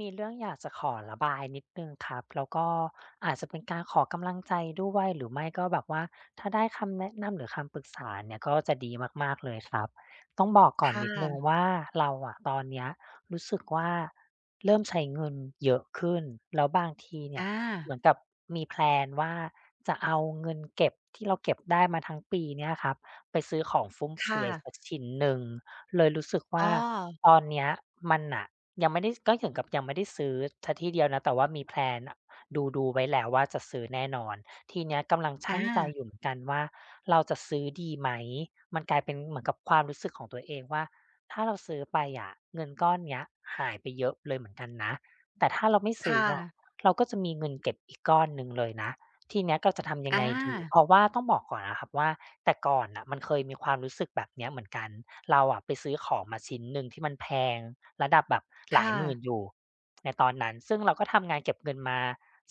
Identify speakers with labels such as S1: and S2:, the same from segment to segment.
S1: มีเรื่องอยากจะขอระบายนิดหนึ่งครับแล้วก็อาจจะเป็นการขอกำลังใจด้วยหรือไม่ก็แบบว่าถ้าได้คำแนะนำหรือคำปรึกษาเนี่ยก็จะดีมากๆเลยครับต้องบอกก่อน
S2: ค่ะ
S1: นิดหนึ่งว่าเราอะตอนเนี้ยรู้สึกว่าเริ่มใช้เงินเยอะขึ้นแล้วบางทีเนี่ย
S2: อา
S1: เหมือนกับมีแพลนว่าจะเอาเงินเก็บที่เราเก็บได้มาทั้งปีเนี่ยครับไปซื้อของฟุ่มเฟื
S2: ค่ะ
S1: อยสักชิ้นหนึ่งเลยรู้สึก
S2: อ้อ
S1: ว่าตอนเนี้ยมันน่ะ ยังไม่ได้ก็ถึงกับยังไม่ได้ซื้อเสียทีเดียวนะแต่ว่ามีแพลนดูไว้แล้วว่าจะซื้อแน่นอนทีเนี้ยกำลัง
S2: อา
S1: ชั่งใจอยู่เหมือนกันว่าเราจะซื้อดีไหมมันกลายเป็นเหมือนกับความรู้สึกของตัวเองว่าถ้าเราซื้อไปอะเงินก้อนเนี้ยหายไปเยอะเลยเหมือนกันนะแต่ถ้าเราไม่ซื้อ
S2: ค่ะ
S1: อะเราก็จะมีเงินเก็บอีกก้อนหนึ่งเลยนะ ทีเนี้ยเราจะทำยั
S2: อ
S1: งไงดีเพ
S2: า
S1: ราะว่าต้องบอกก่อนนะครับว่าแต่ก่อนน่ะมันเคยมีความรู้สึกแบบเนี้ยเหมือนกันเราอะไปซื้อของมาชิ้นหนึ่งที่มันแพงระดับแบบหลาย
S2: ค่ะ
S1: หมื่นอยู่ในตอนนั้นซึ่งเราก็ทำงานเก็บเงินมา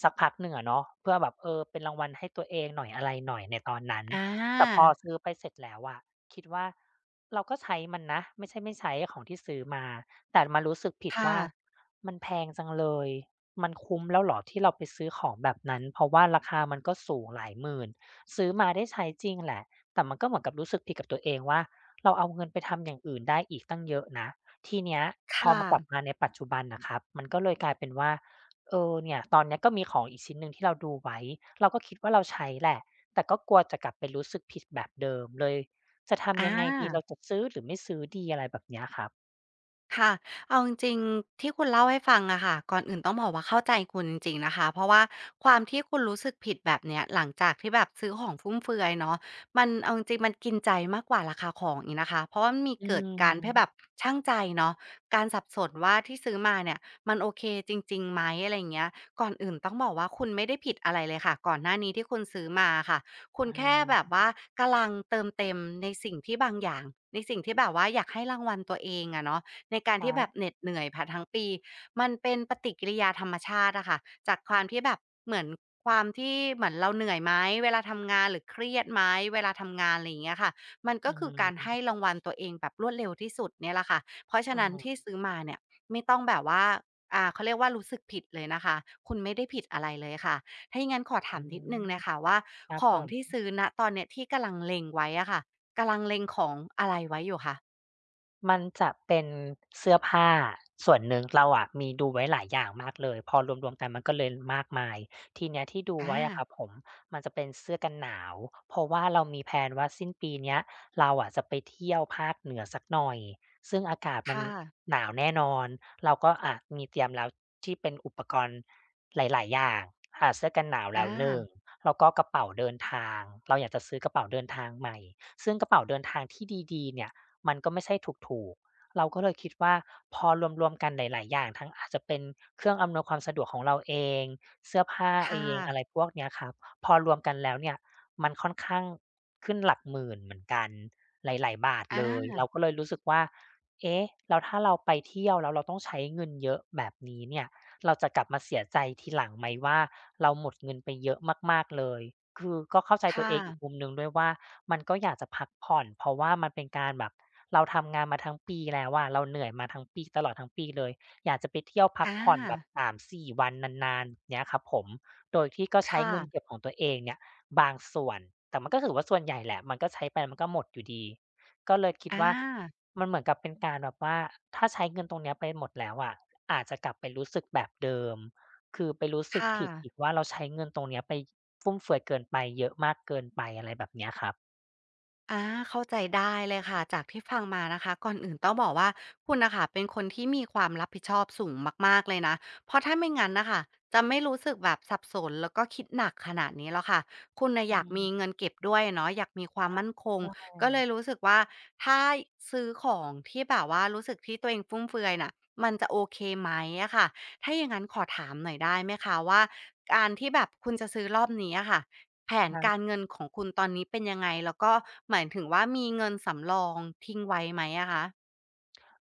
S1: สักพักหนึ่งอะเนาะเพื่อแบบเป็นรางวัลให้ตัวเองหน่อยอะไรหน่อยในตอนนั้น
S2: อ
S1: แต่พอ
S2: า
S1: ซื้อไปเสร็จแล้วอะคิดว่าเราก็ใช้มันนะไม่ใช่ไม่ใช้ของที่ซื้อมาแต่มารู้สึกผิด
S2: ค่ะ
S1: ว่ามันแพงจังเลย มันคุ้มแล้วเหรอที่เราไปซื้อของแบบนั้นเพราะว่าราคามันก็สูงหลายหมื่นซื้อมาได้ใช้จริงแหละแต่มันก็เหมือนกับรู้สึกผิดกับตัวเองว่าเราเอาเงินไปทำอย่างอื่นได้อีกตั้งเยอะนะทีเนี้ยพอ
S2: ค่ะ
S1: มากลับมาในปัจจุบันน่ะครับมันก็เลยกลายเป็นว่าเนี่ยตอนเนี้ยก็มีของอีกชิ้นหนึ่งที่เราดูไว้เราก็คิดว่าเราใช้แหละแต่ก็กลัวจะกลับไปรู้สึกผิดแบบเดิมเลยจะทำ
S2: อา
S1: ยังไงดีเราจะซื้อหรือไม่ซื้อดีอะไรแบบเนี้ยครับ
S2: ค่ะเอาจริงๆที่คุณเล่าให้ฟังอะค่ะก่อนอื่นต้องบอกว่าเข้าใจคุณจริงๆนะคะเพราะว่าความที่คุณรู้สึกผิดแบบเนี้ยหลังจากที่แบบซื้อของฟุ่มเฟือยเนาะมันเอาจริงๆมันกินใจมากกว่าราคาของอีกนะคะเพราะว่ามันมี
S1: อื
S2: เกิดการแค่แบบ
S1: ม
S2: ช่างใจเนาะการสับสนว่าที่ซื้อมาเนี่ยมันโอเคจริงๆไหมอะไรเงี้ยก่อนอื่นต้องบอกว่าคุณไม่ได้ผิดอะไรเลยค่ะก่อนหน้านี้ที่คุณซื้อมาค่ะคุ
S1: อ
S2: ณแค่แบ
S1: า
S2: บว่ากำลังเติมเต็มในสิ่งที่บางอย่างในสิ่งที่แบบว่าอยากให้รางวัลตัวเองอะเนาะ ในการ
S1: ครั
S2: ที่แบบ
S1: บ
S2: เหน็ดเหนื่อยผ่านทั้งปีมันเป็นปฏิกิริยาธรรมชาติอะค่ะจากความที่แบบเหมือนความที่เหมือนเราเหนื่อยไหมเวลาทำงานหรือเครียดไหมเวลาทำงานอะไรอย่างเงี้ยค่ะมัน
S1: อื
S2: ก็คือการ
S1: ม
S2: ให้รางวัลตัวเองแบบรวดเร็วที่สุดเนี่ยแหละค่ะเพราะฉะนั้นที่
S1: อา
S2: ซื้อมาเนี่ยไม่ต้องแบบว่าเขาเรียกว่ารู้สึกผิดเลยนะคะคุณไม่ได้ผิดอะไรเลยค่ะถ้าอย่างงั้นขอถา
S1: อื
S2: มนิดหนึ่ง
S1: ม
S2: นะคะว่า
S1: ครับ
S2: ข
S1: ผ
S2: อง
S1: ม
S2: ที่ซื้อณตอนเนี้ยที่กำลังเล็งไว้อะค่ะกำลังเล็งของอะไรไว้อยู่คะ
S1: มันจะเป็นเสื้อผ้าส่วนหนึ่งเราอะมีดูไว้หลายอย่างมากเลยพอรวมๆกันมันก็เลยมากมายทีเนี้ยที่ดู
S2: อา
S1: ไว้อะครับผมมันจะเป็นเสื้อกันหนาวเพราะว่าเรามีแพลนว่าสิ้นปีเนี้ยเราอะจะไปเที่ยวภาคเหนือสักหน่อยซึ่งอากาศมัน
S2: ค่ะ
S1: หนาวแน่นอนเราก็อะมีเตรียมแล้วที่เป็นอุปกรณ์หลายๆอย่างเสื้อกันหนาว
S2: อ
S1: แล้วหนึ่ง
S2: า
S1: แล้วก็กระเป๋าเดินทางเราอยากจะซื้อกระเป๋าเดินทางใหม่ซึ่งกระเป๋าเดินทางที่ดีๆเนี่ย มันก็ไม่ใช่ถูกๆ เราก็เลยคิดว่าพอรวมๆกันหลายๆอย่างทั้งอาจจะเป็นเครื่องอำนวยความสะดวกของเราเองเสื้อผ้าเอ
S2: ค่ะ
S1: งอะไรพวกเนี้ยครับพอรวมกันแล้วเนี่ยมันค่อนข้างขึ้นหลักหมื่นเหมือนกันหลายๆบาทเลย
S2: อา
S1: เราก็เลยรู้สึกว่าเอ๊ะแล้วถ้าเราไปเที่ยวแล้วเราต้องใช้เงินเยอะแบบนี้เนี่ยเราจะกลับมาเสียใจทีหลังไหมว่าเราหมดเงินไปเยอะมากๆเลยคือก็เข้าใจตัว
S2: ค่ะ
S1: เองอีกมุมหนึ่งด้วยว่ามันก็อยากจะพักผ่อนเพราะว่ามันเป็นการแบบ เราทำงานมาทั้งปีแล้วอะเราเหนื่อยมาทั้งปีตลอดทั้งปีเลยอยากจะไปเที่ยวพั
S2: อ
S1: กผ่อนแบบ
S2: า
S1: 3-4 วันนานๆเงี้ยครับผมโดยที่ก็ใช้
S2: ค่ะ
S1: เงินเก็บของตัวเองเนี่ยบางส่วนแต่มันก็ถือว่าส่วนใหญ่แหละมันก็ใช้ไปมันก็หมดอยู่ดีก็เลยคิด
S2: อา
S1: ว่ามันเหมือนกับเป็นการแบบว่าถ้าใช้เงินตรงเนี้ยไปหมดแล้วอะอาจจะกลับไปรู้สึกแบบเดิมคือไปรู้สึก
S2: ค่ะ
S1: ผิดอีกว่าเราใช้เงินตรงเนี้ยไปฟุ่มเฟือยเกินไปเยอะมากเกินไปอะไรแบบเนี้ยครับ
S2: อาเข้าใจได้เลยค่ะจากที่ฟังมานะคะก่อนอื่นต้องบอกว่าคุณน่ะค่ะเป็นคนที่มีความรับผิดชอบสูงมากๆเลยนะเพราะถ้าไม่งั้นน่ะค่ะจะไม่รู้สึกแบบสับสนแล้วก็คิดหนักขนาดนี้หรอกค่ะคุณน่ะอ
S1: อื
S2: ยาก
S1: ม
S2: มีเงินเก็บด้วยอะเนาะอยากมีความมั่นคง
S1: ใช่
S2: ก็เลยรู้สึกว่าถ้าซื้อของที่แบบว่ารู้สึกที่ตัวเองฟุ่มเฟือยน่ะมันจะโอเคไหมอะค่ะถ้าอย่างงั้นขอถามหน่อยได้ไหมคะว่าการที่แบบคุณจะซื้อรอบนี้อะค่ะ แผนการ
S1: ค่ะ
S2: เงินของคุณตอนนี้เป็นยังไงแล้วก็หมายถึงว่ามีเงินสำรองทิ้งไว้ไหมอะคะ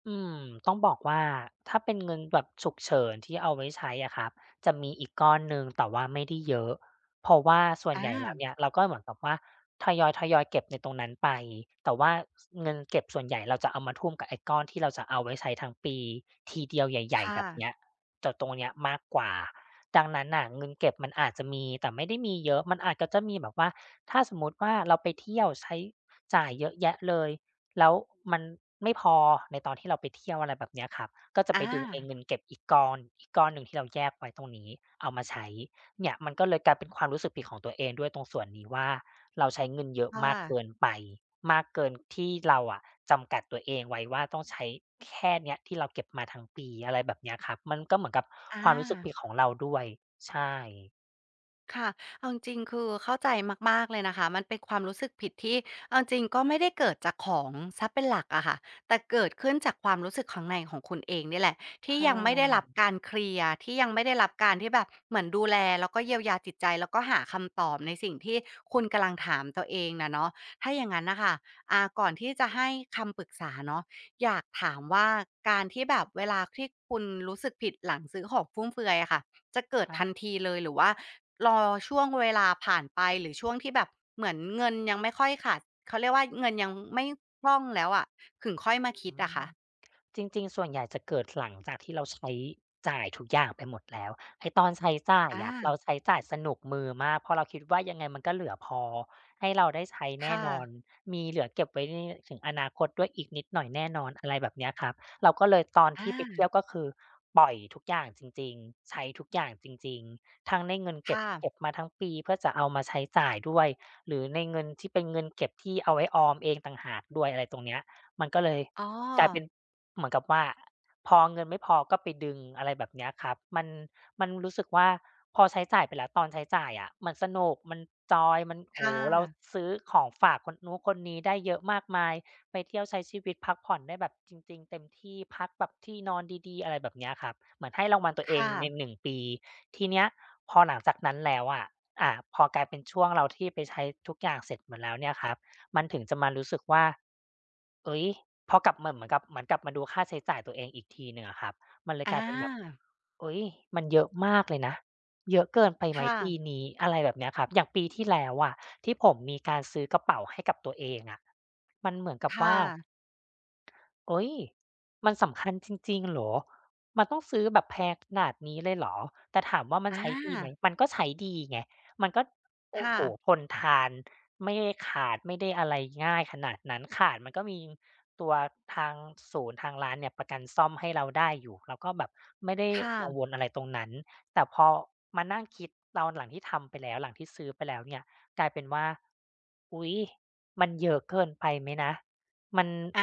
S1: อืมต้องบอกว่าถ้าเป็นเงินแบบฉุกเฉินที่เอาไว้ใช้อะครับจะมีอีกก้อนหนึ่งแต่ว่าไม่ได้เยอะเพราะว่าส่วนใหญ่แล้ว
S2: อา
S1: เนี่ยเราก็เหมือนกับว่าทยอยๆเก็บในตรงนั้นไปแต่ว่าสเงินเก็บส่วนใหญ่เราจะเอามาทุ่มกับไอ้ก้อนที่เราจะเอาไว้ใช้ทั้งปีทีเดียวใหญ่ๆ
S2: ค่ะ
S1: แบบเนี้ยจะตรงเนี้ยมากกว่าดังนั้นน่ะเงินเก็บมันอาจจะมีแต่ไม่ได้มีเยอะมันอาจก็จะมีแบบว่าถ้าสมมุติว่าเราไปเที่ยวใช้จ่ายเยอะแยะเลย แล้วมันไม่พอในตอนที่เราไปเที่ยวอะไรแบบเนี้ยครับก็จะไปดึงไอ้
S2: อา
S1: เงินเก็บอีกก้อนหนึ่งที่เราแยกไว้ตรงนี้เอามาใช้เนี่ยมันก็เลยกลายเป็นความรู้สึกผิดของตัวเองด้วยตรงส่วนนี้ว่าเราใช้เงินเยอะ
S2: ค
S1: มากเกิ
S2: ่ะ
S1: นไปมากเกินที่เราอะจำกัดตัวเองไว้ว่าต้องใช้แค่เนี้ยที่เราเก็บมาทั้งปีอะไรแบบเนี้ยครับมันก็เหมือนกับ
S2: อา
S1: ความรู้สึกผิดของเราด้วยใช่
S2: ค่ะเอาจริงๆคือเข้าใจมากๆเลยนะคะมันเป็นความรู้สึกผิดที่เอาจริงๆก็ไม่ได้เกิดจากของเสียเป็นหลักอะค่ะแต่เกิดขึ้นจากความรู้สึกข้างในของคุณเองนี่แหละ
S1: ใช
S2: ที่ยังไม่ได้
S1: ่
S2: รับการเคลียร์ที่ยังไม่ได้รับการที่แบบเหมือนดูแลแล้วก็เยียวยาจิตใจแล้วก็หาคำตอบในสิ่งที่คุณกำลังถามตัวเองน่ะเนาะถ้าอย่างงั้นน่ะค่ะก่อนที่จะให้คำปรึกษาเนาะอยากถามว่าการที่แบบเวลาที่คุณรู้สึกผิดหลังซื้อของฟุ่มเฟือยอะค่ะ จะเกิด
S1: ครั
S2: ทัน
S1: บ
S2: ทีเลยหรือว่ารอช่วงเวลาผ่านไปหรือช่วงที่แบบเหมือนเงินยังไม่ค่อยขาดเขาเรียกว่าเงินยังไม่คล่องแล้วอะถึงค่อยมา
S1: อื
S2: คิดอะ
S1: ม
S2: คะ
S1: จริงๆ ส่วนใหญ่จะเกิดหลังจากที่เราใช้จ่ายทุกอย่างไปหมดแล้วไอ้ตอนใช้จ่าย
S2: อา
S1: อะเราใช้จ่ายสนุกมือมากเพราะเราคิดว่ายังไงมันก็เหลือพอให้เราได้ใช้แน่
S2: ค่ะ
S1: นอนมีเหลือเก็บไว้ในถึงอนาคตด้วยอีกนิดหน่อยแน่นอนอะไรแบบเนี้ยครับเราก็เลยตอนที่ไปเที่
S2: อา
S1: ยวก็คือปล่อยทุกอย่างจริงๆใช้ทุกอย่างจริงๆทั้งในเงินเก็บ
S2: ค่ะ
S1: เก็บมาทั้งปีเพื่อจะเอามาใช้จ่ายด้วยหรือในเงินที่เป็นเงินเก็บที่เอาไว้ออมเองต่างหากด้วยอะไรตรงเนี้ยมันก็เลย
S2: อ๋อ
S1: กลายเป็น เหมือนกับว่าพอเงินไม่พอก็ไปดึงอะไรแบบเนี้ยครับมันรู้สึกว่าพอใช้จ่ายไปแล้วตอนใช้จ่ายอะมันสนุกมันจอยมันโอ้
S2: ค่ะ
S1: โฮเราซื้อของฝากคนนู้นคนนี้ได้เยอะมากมายไปเที่ยวใช้ชีวิตพักผ่อนได้แบบจริงๆเต็มที่พักแบบที่นอนดีๆอะไรแบบเนี้ยครับเหมือนให้รางวัลตัวเอง
S2: ค่ะ
S1: ใน1ปีทีเนี้ยพอหลังจากนั้นแล้วอะพอกลายเป็นช่วงเราที่ไปใช้ทุกอย่างเสร็จหมดแล้วเนี่ยครับมันถึงจะมารู้สึกว่า เอ้ยพอกลับมาเหมือนกับเหมือนกลับมาดูค่าใช้จ่ายตัวเองอีกทีหนึ่งอะครับมันเลยก
S2: อา
S1: ลายเป็นแบบเฮ้ยมันเยอะมากเลยนะเยอะเกินไปไหม
S2: ค่ะ
S1: ปีนี้อะไรแบบเนี้ยครับอย่างปีที่แล้วอะที่ผมมีการซื้อกระเป๋าให้กับตัวเองอะมันเหมือนกับ
S2: ค
S1: ว่า
S2: ่ะ
S1: โอ้ย มันสำคัญจริงๆเหรอ มันต้องซื้อแบบแพงขนาดนี้เลยเหรอแต่ถามว่ามัน
S2: อา
S1: ใช้ดีไหมมันก็ใช้ดีไงมันก็โอ้
S2: ค่ะ
S1: โฮทนทานไม่ได้ขาดไม่ได้อะไรง่ายขนาดนั้นขาดมันก็มีตัวทางศูนย์ทางร้านเนี่ยประกันซ่อมให้เราได้อยู่เราก็แบบไม่ได้
S2: ค่ะ
S1: กังวลอะไรตรงนั้น แต่พอมานั่งคิดตอนหลังที่ทำไปแล้วหลังที่ซื้อไปแล้วเนี่ยกลายเป็นว่าอุ๊ยมันเยอะเกินไปไหมนะ มัน
S2: อ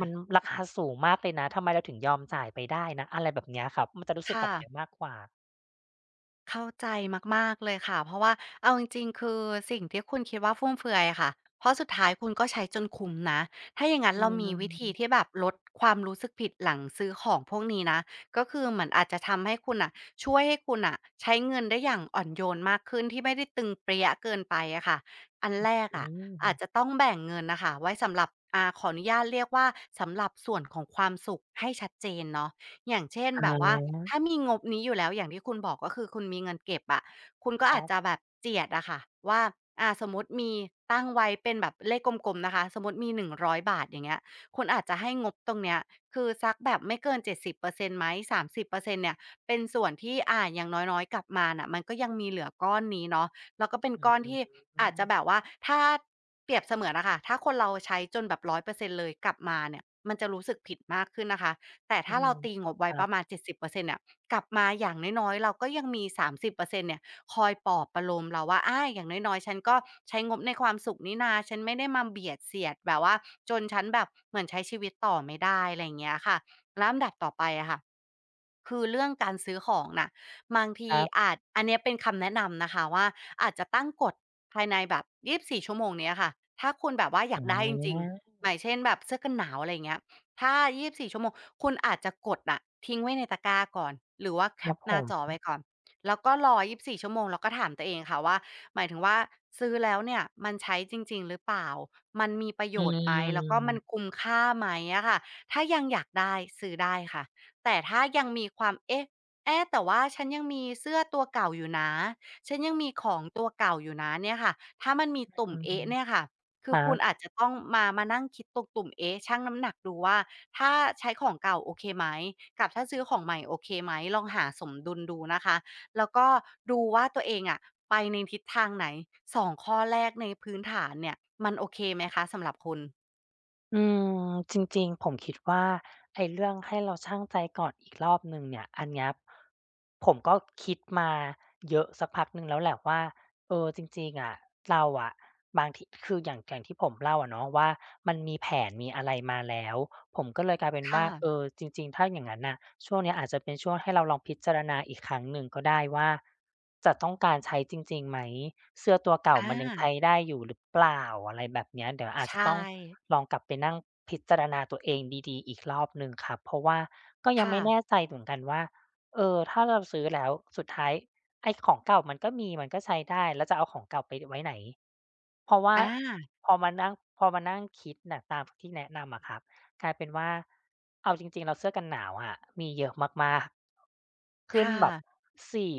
S1: มันราคาสูงมากเลยนะทำไมเราถึงยอมจ่ายไปได้นะอะไรแบบเนี้ยครับมันจะรู้สึกแบ
S2: ค่ะ
S1: บเนี้ยมากกว่า
S2: เข้าใจมากๆเลยค่ะเพราะว่าเอาจริงๆคือสิ่งที่คุณคิดว่าฟุ่มเฟือยอะค่ะเพราะสุดท้ายคุณก็ใช้จนคุ้มนะถ้าอย่างงั้น
S1: อื
S2: เรามีวิธี
S1: ม
S2: ที่แบบลดความรู้สึกผิดหลังซื้อของพวกนี้นะก็คือเหมือนอาจจะทำให้คุณน่ะช่วยให้คุณน่ะใช้เงินได้อย่างอ่อนโยนมากขึ้นที่ไม่ได้ตึงเป๊ยะเกินไปอะค่ะอันแรก
S1: อื
S2: อะอาจจะ
S1: ม
S2: ต้องแบ่งเงินน่ะค่ะไว้สำหรับขออนุญาตเรียกว่าสำหรับส่วนของความสุขให้ชัดเจนเนาะ อย่างเช่นแบบว่า
S1: อ
S2: ถ้ามีงบนี้อยู่แล้วอย่างที่คุณบอกก็คือคุณมีเงินเก็บอะคุณ
S1: อ
S2: ก็
S1: ค
S2: อา
S1: รั
S2: จจะ
S1: บ
S2: แบบเจียดอะค่ะว่าสมมุติมีตั้งไว้เป็นแบบเลขกลมๆนะคะสมมุติมี100บาทอย่างเงี้ยคุณอาจจะให้งบตรงเนี้ยคือสักแบบไม่เกิน70%ไหม30%เนี่ยเป็นส่วนที่อย่างน้อยๆกลับมาน่ะมันก็ยังมีเหลือก้อนนี้เนาะแล้วก็เป็น
S1: อ
S2: ก้อนที่
S1: ื
S2: อาจ
S1: ม
S2: จะแบบว่าถ้าเปรียบเสมือนอะค่ะถ้าคนเราใช้จนแบบ100%เปอร์เซ็นต์เลยกลับมาเนี่ยมันจะรู้สึกผิดมากขึ้นนะคะ แต่
S1: อื
S2: ถ้า
S1: ม
S2: เราตีงบ
S1: ค
S2: ไว้
S1: รั
S2: ป
S1: บ
S2: ระมาณ
S1: ๆ
S2: 70%เปอร์เซ็นต์เนี่ยกลับมาอย่างน้อยๆเราก็ยังมี30%เปอร์เซ็นต์เนี่ยคอยปลอบประโลมเราว่าอย่างน้อยๆฉันก็ใช้งบในความสุขนี่นาฉันไม่ได้มาเบียดเสียดแบบว่าจนฉันแบบเหมือนใช้ชีวิตต่อไม่ได้อะไรอย่างเงี้ยค่ะแล้วอันดับต่อไปอะค่ะคือเรื่องการซื้อของน่ะบางที
S1: อา
S2: อาจอันเนี้ยเป็นคำแนะนำนะคะว่าอาจจะตั้งกฎภายในแบบ24ชั่วโมงเนี้ยค่ะถ้าคุณแบบว่าอยากได้จริงๆหมายเช่นแบบเสื้อกันหนาวอะไรอย่างเงี้ย ถ้า 24 ชั่วโมง คุณอาจจะกดทิ้งไว้ในตะกร้าก่อน หรือว่าแค
S1: ครั
S2: ป
S1: บ
S2: ห
S1: ผ
S2: น้า
S1: ม
S2: จอไว้ก่อน แล้วก็รอ24 ชั่วโมงแล้วก็ถามตัวเองค่ะว่าหมายถึงว่าซื้อแล้วเนี่ยมันใช้จริงๆหรือเปล่ามันมีประโย
S1: อื
S2: ชน์ไหม แล้วก็มัน
S1: ม
S2: คุ้มค่าไหมอะค่ะ ถ้ายังอยากได้ซื้อได้ค่ะ แต่ถ้ายังมีความเอ๊ะเอ๊ะแต่ว่าฉันยังมีเสื้อตัวเก่าอยู่นะฉันยังมีของตัวเก่าอยู่นะเนี่ยค่ะถ้ามันมีตุ่ม
S1: อื
S2: เอ๊ะ
S1: ม
S2: เนี่ยค่ะ
S1: ค
S2: คือ
S1: รั
S2: คุณ
S1: บ
S2: อาจจะต้องมานั่งคิดตุ่มเอ๊ะชั่งน้ำหนักดูว่าถ้าใช้ของเก่าโอเคไหมกับถ้าซื้อของใหม่โอเคไหมลองหาสมดุลดูนะคะแล้วก็ดูว่าตัวเองไปในทิศทางไหน2ข้อแรกในพื้นฐานเนี่ยมันโอเคไหมคะสำหรับคุณ
S1: อืมจริงๆผมคิดว่าไอ้เรื่องให้เราชั่งใจก่อนอีกรอบหนึ่งเนี่ยอันเนี้ยผมก็คิดมาเยอะสักพักหนึ่งแล้วแหละว่าเออจริงๆอะเราอะบางทีคืออย่างที่ผมเล่าอะเนาะว่ามันมีแผนมีอะไรมาแล้วผมก็เลยกลายเป็น
S2: ค่ะ
S1: ว่าเออจริงๆถ้าอย่างงั้นน่ะช่วงเนี้ยอาจจะเป็นช่วงให้เราลองพิจารณาอีกครั้งหนึ่งก็ได้ว่าจะต้องการใช้จริงๆไหมเสื้อตัว
S2: อ
S1: เก่ามันยังใช้
S2: า
S1: ได้อยู่หรือเปล่าอะไรแบบเนี้ยเดี๋ยวอาจจะต้
S2: ใช่
S1: อง ลองกลับไปนั่งพิจารณาตัวเองดีๆอีกรอบหนึ่งครับเพราะว่าก็ยัง
S2: ค่ะ
S1: ไม่แน่ใจเหมือนกันว่าเออถ้าเราซื้อแล้วสุดท้ายไอ้ของเก่ามันก็มีมันก็ใช้ได้แล้วจะเอาของเก่าไปไว้ไหนเพราะว่า
S2: อา
S1: พอมานั่งคิดน่ะตามที่แนะนำอะครับกลายเป็นว่าเอาจริงๆแล้วเสื้อกันหนาวอะมีเยอะมากๆขึ้น
S2: ค่ะ
S1: แบบสี่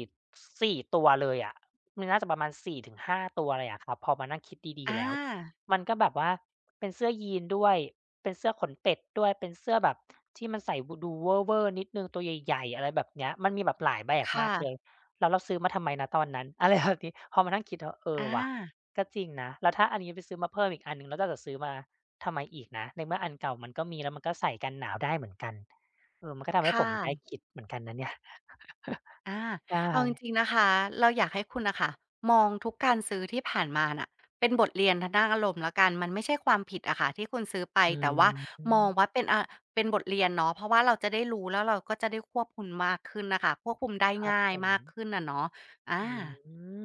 S1: ตัวเลยอะมันน่าจะประมาณ4าตัวเลยอะครับพอมานั่งคิดดีๆ
S2: อา
S1: แล้ว มันก็แบบว่าเป็นเสื้อยีนด้วยเป็นเสื้อขนเป็ดด้วยเป็นเสื้อแบบที่มันใส่ดูเว่อร์ๆนิดหนึ่งตัวใหญ่ๆอะไรแบบเนี้ยมันมีแบบหลายแบบมา
S2: ค่ะ
S1: กเลยแล้วเราซื้อมาทำไมณตอนนั้น อะไรแบบนี้พอมานั่งคิดแล้วเออ
S2: อา
S1: ว่ะก็จริงนะแล้วถ้าอันนี้ไปซื้อมาเพิ่มอีกอันหนึ่งแล้วเราจะซื้อมาทำไมอีกนะในเมื่ออันเก่ามันก็มีแล้วมันก็ใส่กันหนาวได้เหมือนกันเออมันก็ทำให้ผ
S2: ค่ะ
S1: มได้คิดเหมือนกันนะเนี่ย
S2: อา
S1: ใช่
S2: เอาจริงๆนะคะเราอยากให้คุณน่ะค่ะมองทุกการซื้อที่ผ่านมาน่ะเป็นบทเรียนทางด้านอารมณ์แล้วกันมันไม่ใช่ความผิดอะค่ะที่คุณซื้อไป
S1: อื
S2: แต่ว่ามองว่า
S1: ม
S2: เป็นเป็นบทเรียนเนาะเพราะว่าเราจะได้รู้แล้วเราก็จะได้ควบคุมมากขึ้นน่ะค่ะควบคุมได้
S1: ผ
S2: ง่าย
S1: ม
S2: มากขึ้นอะเนาะอา
S1: อื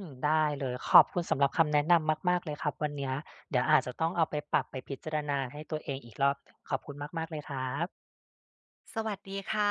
S1: ได้เลยขอบคุณสำหรับคำแนะนำมากๆเลยครับวันเนี้ยเดี๋ยวอาจจะต้องเอาไปปรับไปพิจารณาให้ตัวเองอีกรอบขอบคุณมากๆเลยครับ
S2: สวัสดีค่ะ